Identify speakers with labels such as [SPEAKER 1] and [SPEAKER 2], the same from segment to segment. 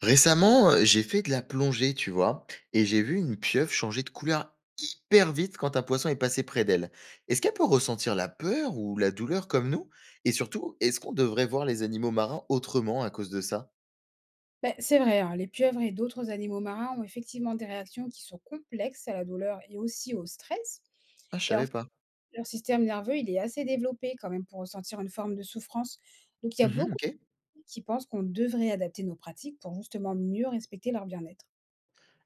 [SPEAKER 1] Récemment, j'ai fait de la plongée, tu vois? Et j'ai vu une pieuvre changer de couleur hyper vite quand un poisson est passé près d'elle. Est-ce qu'elle peut ressentir la peur ou la douleur comme nous? Et surtout, est-ce qu'on devrait voir les animaux marins autrement à cause de ça?
[SPEAKER 2] Ben c'est vrai, hein, les pieuvres et d'autres animaux marins ont effectivement des réactions qui sont complexes à la douleur et aussi au stress.
[SPEAKER 1] Ah, je
[SPEAKER 2] Et en
[SPEAKER 1] savais
[SPEAKER 2] fait,
[SPEAKER 1] pas.
[SPEAKER 2] leur système nerveux, il est assez développé quand même pour ressentir une forme de souffrance. Donc, il y a
[SPEAKER 1] Mmh.
[SPEAKER 2] beaucoup
[SPEAKER 1] OK.
[SPEAKER 2] de gens qui pensent qu'on devrait adapter nos pratiques pour justement mieux respecter leur bien-être.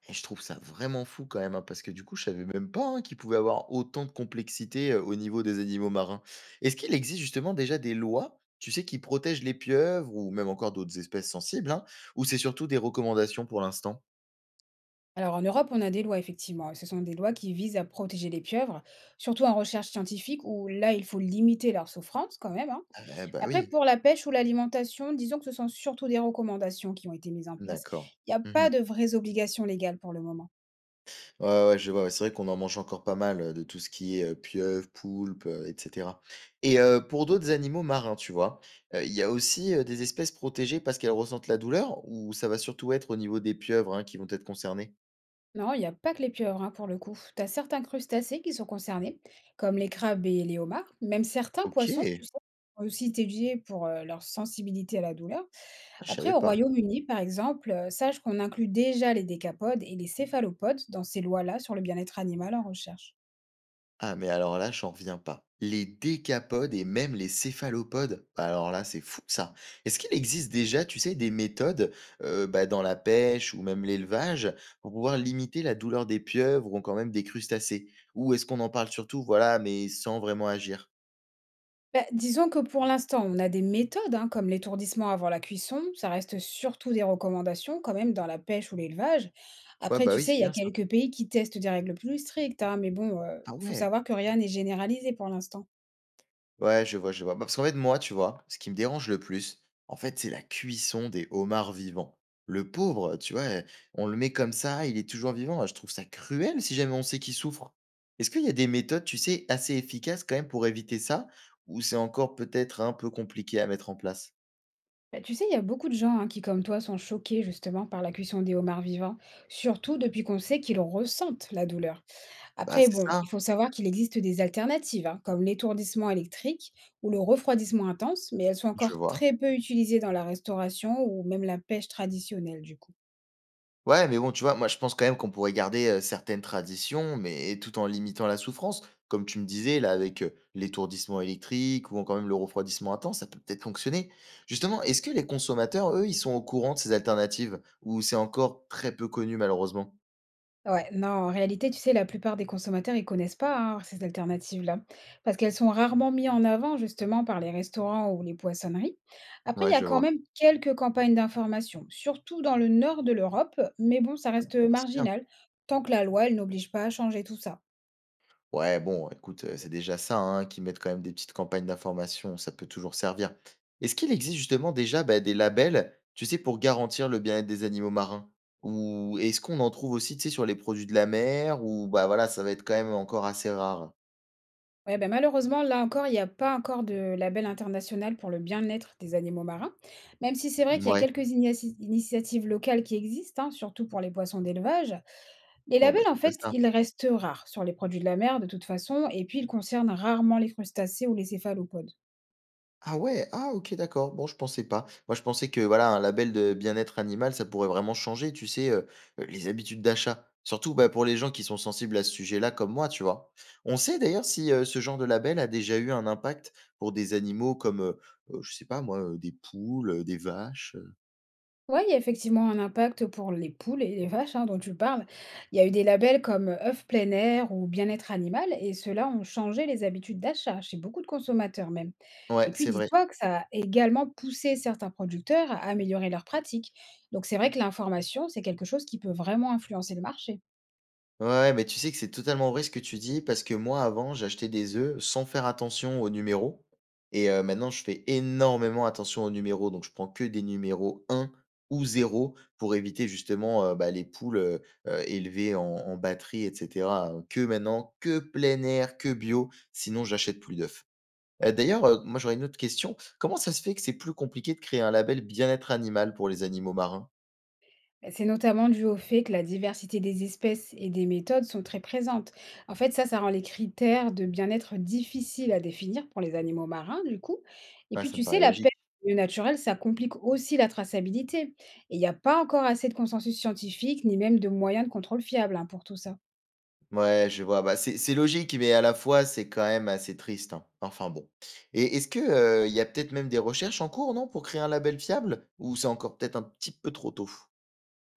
[SPEAKER 1] Et je trouve ça vraiment fou quand même, hein, parce que du coup, je savais même pas, hein, qu'il pouvait avoir autant de complexité, au niveau des animaux marins. Est-ce qu'il existe justement déjà des lois, tu sais, qui protègent les pieuvres ou même encore d'autres espèces sensibles, hein, ou c'est surtout des recommandations pour l'instant?
[SPEAKER 2] Alors en Europe, on a des lois, effectivement. Ce sont des lois qui visent à protéger les pieuvres, surtout en recherche scientifique, où là, il faut limiter leur souffrance quand même, hein.
[SPEAKER 1] Eh bah,
[SPEAKER 2] Après,
[SPEAKER 1] oui,
[SPEAKER 2] pour la pêche ou l'alimentation, disons que ce sont surtout des recommandations qui ont été mises en place.
[SPEAKER 1] d'accord.
[SPEAKER 2] Il n'y a
[SPEAKER 1] Mmh.
[SPEAKER 2] pas de vraies obligations légales pour le moment.
[SPEAKER 1] Ouais, ouais, je vois, ouais, c'est vrai qu'on en mange encore pas mal, de tout ce qui est, pieuvre, poulpe, et cetera et pour d'autres animaux marins, tu vois? Il y a aussi, des espèces protégées parce qu'elles ressentent la douleur ou ça va surtout être au niveau des pieuvres, hein, qui vont être concernées?
[SPEAKER 2] Non, il n'y a pas que les pieuvres, hein, pour le coup. Tu as certains crustacés qui sont concernés, comme les crabes et les homards. Même certains poissons, tu
[SPEAKER 1] OK!
[SPEAKER 2] sais, sont aussi étudiés pour leur sensibilité à la douleur.
[SPEAKER 1] Ah, je
[SPEAKER 2] Après,
[SPEAKER 1] savais
[SPEAKER 2] au
[SPEAKER 1] pas.
[SPEAKER 2] Royaume-Uni, par exemple, sache qu'on inclut déjà les décapodes et les céphalopodes dans ces lois-là sur le bien-être animal en recherche.
[SPEAKER 1] Ah mais alors là, j'en reviens pas. Les décapodes et même les céphalopodes, bah, alors là, c'est fou ça. Est-ce qu'il existe déjà, tu sais, des méthodes bah, dans la pêche ou même l'élevage pour pouvoir limiter la douleur des pieuvres ou quand même des crustacés? Ou est-ce qu'on en parle surtout, voilà, mais sans vraiment agir?
[SPEAKER 2] Bah, disons que pour l'instant, on a des méthodes, hein, comme l'étourdissement avant la cuisson, ça reste surtout des recommandations quand même dans la pêche ou l'élevage.
[SPEAKER 1] Ouais,
[SPEAKER 2] Après,
[SPEAKER 1] bah
[SPEAKER 2] tu
[SPEAKER 1] oui,
[SPEAKER 2] sais,
[SPEAKER 1] c'est
[SPEAKER 2] il y a
[SPEAKER 1] bien ça.
[SPEAKER 2] quelques pays qui testent des règles plus strictes, hein, mais bon,
[SPEAKER 1] Ah
[SPEAKER 2] faut
[SPEAKER 1] ouais.
[SPEAKER 2] savoir que rien n'est généralisé pour l'instant.
[SPEAKER 1] Ouais, je vois, je vois. Bah, parce qu'en fait, moi, tu vois, ce qui me dérange le plus, en fait, c'est la cuisson des homards vivants. Le pauvre, tu vois, on le met comme ça, il est toujours vivant. Ah, je trouve ça cruel si jamais on sait qu'il souffre. Est-ce qu'il y a des méthodes, tu sais, assez efficaces quand même pour éviter ça, ou c'est encore peut-être un peu compliqué à mettre en place?
[SPEAKER 2] Bah, tu sais, il y a beaucoup de gens, hein, qui, comme toi, sont choqués justement par la cuisson des homards vivants, surtout depuis qu'on sait qu'ils ressentent la douleur.
[SPEAKER 1] Bah,
[SPEAKER 2] Après
[SPEAKER 1] c'est
[SPEAKER 2] bon,
[SPEAKER 1] ça,
[SPEAKER 2] il faut savoir qu'il existe des alternatives, hein, comme l'étourdissement électrique ou le refroidissement intense, mais elles sont
[SPEAKER 1] je
[SPEAKER 2] encore
[SPEAKER 1] vois.
[SPEAKER 2] très peu utilisées dans la restauration ou même la pêche traditionnelle du coup.
[SPEAKER 1] Ouais, mais bon, tu vois, moi, je pense quand même qu'on pourrait garder, certaines traditions, mais tout en limitant la souffrance. Comme tu me disais, là, avec, l'étourdissement électrique ou quand même le refroidissement intense, ça peut peut-être fonctionner. Justement, est-ce que les consommateurs, eux, ils sont au courant de ces alternatives? Ou c'est encore très peu connu malheureusement?
[SPEAKER 2] Ouais, non, en réalité, tu sais, la plupart des consommateurs, ils connaissent pas, hein, ces alternatives-là, parce qu'elles sont rarement mises en avant justement par les restaurants ou les poissonneries. Après, il
[SPEAKER 1] Ouais,
[SPEAKER 2] y a
[SPEAKER 1] je
[SPEAKER 2] quand
[SPEAKER 1] vois.
[SPEAKER 2] même quelques campagnes d'information, surtout dans le nord de l'Europe, mais bon, ça
[SPEAKER 1] Ah
[SPEAKER 2] reste
[SPEAKER 1] bon, bah, c'est bien.
[SPEAKER 2] marginal, tant que la loi, elle n'oblige pas à changer tout ça.
[SPEAKER 1] Ouais, bon, écoute, c'est déjà ça, hein, qu'ils mettent quand même des petites campagnes d'information, ça peut toujours servir. Est-ce qu'il existe justement déjà, bah, des labels, tu sais, pour garantir le bien-être des animaux marins? Ou est-ce qu'on en trouve aussi, tu sais, sur les produits de la mer? Ou, bah, voilà, ça va être quand même encore assez rare?
[SPEAKER 2] Ouais, ben malheureusement, là encore, il n'y a pas encore de label international pour le bien-être des animaux marins, même si c'est vrai qu'il y a
[SPEAKER 1] Mouais,
[SPEAKER 2] quelques initiatives locales qui existent, hein, surtout pour les poissons d'élevage. Les
[SPEAKER 1] bon,
[SPEAKER 2] labels,
[SPEAKER 1] bah, c'est
[SPEAKER 2] en
[SPEAKER 1] déjà
[SPEAKER 2] fait,
[SPEAKER 1] ça.
[SPEAKER 2] ils restent rares sur les produits de la mer de toute façon, et puis ils concernent rarement les crustacés ou les céphalopodes.
[SPEAKER 1] Ah ouais, ah OK d'accord. Bon je pensais pas. Moi je pensais que voilà, un label de bien-être animal, ça pourrait vraiment changer, tu sais, les habitudes d'achat. Surtout, bah, pour les gens qui sont sensibles à ce sujet-là comme moi, tu vois? On sait d'ailleurs si, ce genre de label a déjà eu un impact pour des animaux comme, je sais pas moi, des poules, des vaches, heu?
[SPEAKER 2] Oui, il y a effectivement un impact pour les poules et les vaches, hein, dont tu parles. Il y a eu des labels comme œufs plein air ou bien-être animal, et ceux-là ont changé les habitudes d'achat chez beaucoup de consommateurs même.
[SPEAKER 1] Ouais,
[SPEAKER 2] Et puis
[SPEAKER 1] c'est vrai.
[SPEAKER 2] dis-toi que ça a également poussé certains producteurs à améliorer leurs pratiques. Donc c'est vrai que l'information, c'est quelque chose qui peut vraiment influencer le marché.
[SPEAKER 1] Ouais, ouais, mais tu sais que c'est totalement vrai ce que tu dis parce que moi, avant, j'achetais des œufs sans faire attention aux numéros. Et maintenant, je fais énormément attention aux numéros. Donc, je prends que des numéros un ou zéro pour éviter justement, bah, les poules, élevées en batterie et cetera, hein. Que maintenant, que plein air, que bio, sinon j'achète plus d'œufs. D'ailleurs, moi, j'aurais une autre question. Comment ça se fait que c'est plus compliqué de créer un label bien-être animal pour les animaux marins?
[SPEAKER 2] Bah, c'est notamment dû au fait que la diversité des espèces et des méthodes sont très présentes. En fait, ça rend les critères de bien-être difficiles à définir pour les animaux marins, du coup. Et
[SPEAKER 1] Ouais,
[SPEAKER 2] puis,
[SPEAKER 1] ça me
[SPEAKER 2] tu sais,
[SPEAKER 1] paraît
[SPEAKER 2] la
[SPEAKER 1] logique.
[SPEAKER 2] pêche au milieu naturel, ça complique aussi la traçabilité. Et il n'y a pas encore assez de consensus scientifique, ni même de moyens de contrôle fiables, hein, pour tout ça.
[SPEAKER 1] Ouais, je vois, bah, c'est logique, mais à la fois, c'est quand même assez triste, hein. Enfin bon. Et est-ce que, il y a peut-être même des recherches en cours, non, pour créer un label fiable? Ou c'est encore peut-être un petit peu trop tôt?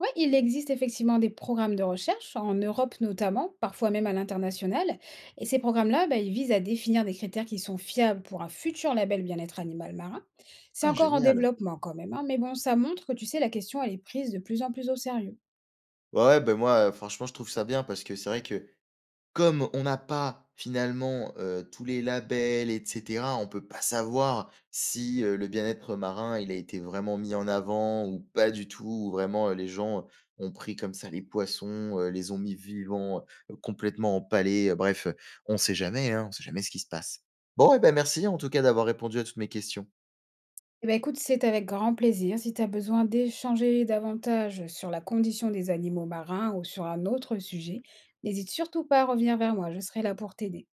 [SPEAKER 2] Oui, il existe effectivement des programmes de recherche, en Europe notamment, parfois même à l'international. Et ces programmes-là, bah, ils visent à définir des critères qui sont fiables pour un futur label bien-être animal marin. C'est
[SPEAKER 1] Ah
[SPEAKER 2] encore en
[SPEAKER 1] génial!
[SPEAKER 2] développement quand même, hein, mais bon, ça montre que tu sais, la question, elle est prise de plus en plus au sérieux.
[SPEAKER 1] Ouais, ouais, bah, moi, franchement, je trouve ça bien parce que c'est vrai que comme on n'a pas finalement, tous les labels et cetera, on peut pas savoir si, le bien-être marin, il a été vraiment mis en avant ou pas du tout, ou vraiment, les gens ont pris comme ça les poissons, les ont mis vivants, complètement empalés, bref, on sait jamais, hein, on sait jamais ce qui se passe. Bon et ben merci en tout cas d'avoir répondu à toutes mes questions.
[SPEAKER 2] Eh ben écoute, c'est avec grand plaisir. Si tu as besoin d'échanger davantage sur la condition des animaux marins ou sur un autre sujet, n'hésite surtout pas à revenir vers moi, je serai là pour t'aider.